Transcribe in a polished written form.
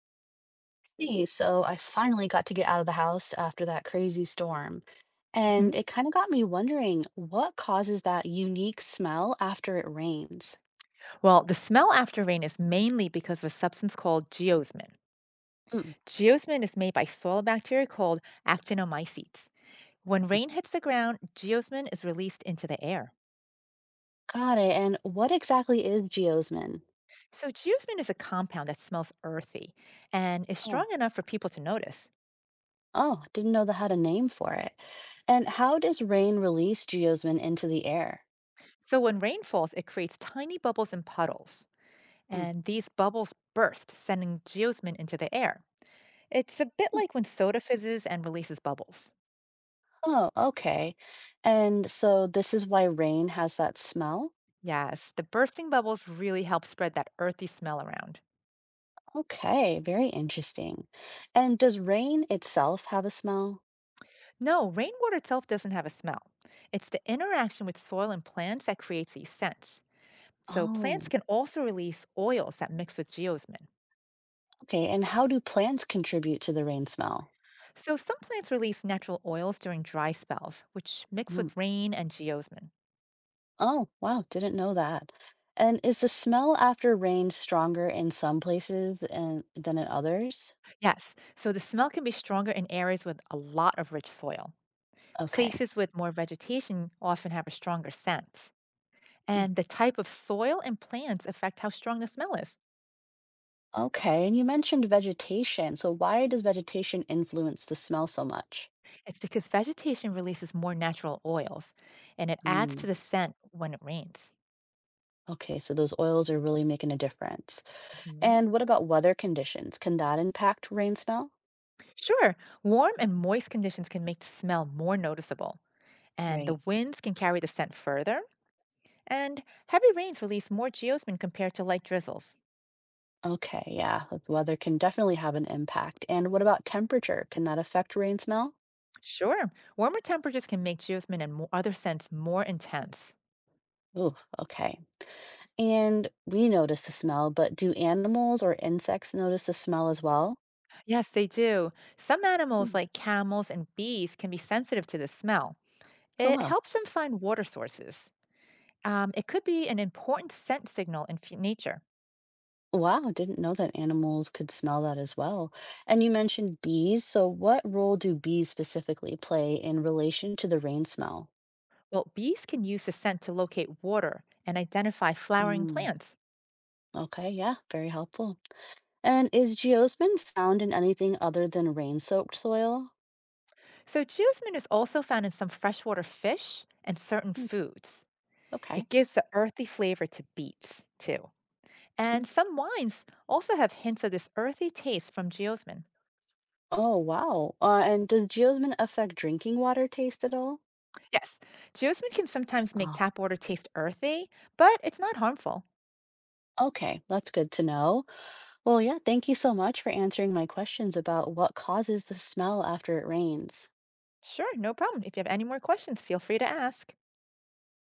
Hey, so I finally got to get out of the house after that crazy storm. Mhm. And it kind of got me wondering, what causes that unique smell after it rains? Well, the smell after rain is mainly because of a substance called geosmin. Mm, Geosmin is made by soil bacteria called actinomycetes. When mm, rain hits the ground, geosmin is released into the air. got it. And what exactly is geosmin? So, geosmin is a compound that smells earthy and is strong Oh, enough for people to notice. oh, didn't know they had a name for it. And how does rain release geosmin into the air? So, when rain falls, it creates tiny bubbles and puddles, Mm, and these bubbles burst, sending geosmin into the air. It's a bit mm, like when soda fizzes and releases bubbles. oh, okay. And so this is why rain has that smell? Yes, the bursting bubbles really help spread that earthy smell around. Okay, very interesting. And does rain itself have a smell? No, rainwater itself doesn't have a smell. It's the interaction with soil and plants that creates these scents. So, plants Oh, can also release oils that mix with geosmin. okay. And how do plants contribute to the rain smell? So, some plants release natural oils during dry spells, which mix Mm. with rain and geosmin. Oh, wow. Didn't know that. And is the smell after rain stronger in some places and than in others? Yes, so the smell can be stronger in areas with a lot of rich soil. Okay. Places with more vegetation often have a stronger scent. Mm. And the type of soil and plants affect how strong the smell is. Okay. And you mentioned vegetation. So why does vegetation influence the smell so much? It's because vegetation releases more natural oils and it adds to Mm. the scent when it rains. Okay, so those oils are really making a difference. Mhm. And what about weather conditions? Can that impact rain smell? Sure, warm and moist conditions can make the smell more noticeable, and the Right. winds can carry the scent further, and heavy rains release more geosmin compared to light drizzles. Okay, yeah, the weather can definitely have an impact. And what about temperature? Can that affect rain smell? Sure, warmer temperatures can make geosmin and other scents more intense. Ooh, okay. And we notice the smell, but do animals or insects notice the smell as well? Yes, they do. Some animals, Hmm. like camels and bees, can be sensitive to the smell. Oh, It wow. helps them find water sources. It could be an important scent signal in nature. Wow, didn't know that animals could smell that as well. And you mentioned bees, so what role do bees specifically play in relation to the rain smell? Well, bees can use the scent to locate water and identify flowering Mm, plants. okay, yeah, very helpful. And is geosmin found in anything other than rain-soaked soil? So, geosmin is also found in some freshwater fish and certain Hmm. foods. Okay. It gives the earthy flavor to beets, too. Mm. And some wines also have hints of this earthy taste from geosmin. Oh, wow. And does geosmin affect drinking water taste at all? Yes, geosmin can sometimes make Ah, tap water taste earthy, but it's not harmful. okay. That's good to know. Well, yeah, thank you so much for answering my questions about what causes the smell after it rains. Sure, no problem. If you have any more questions, feel free to ask.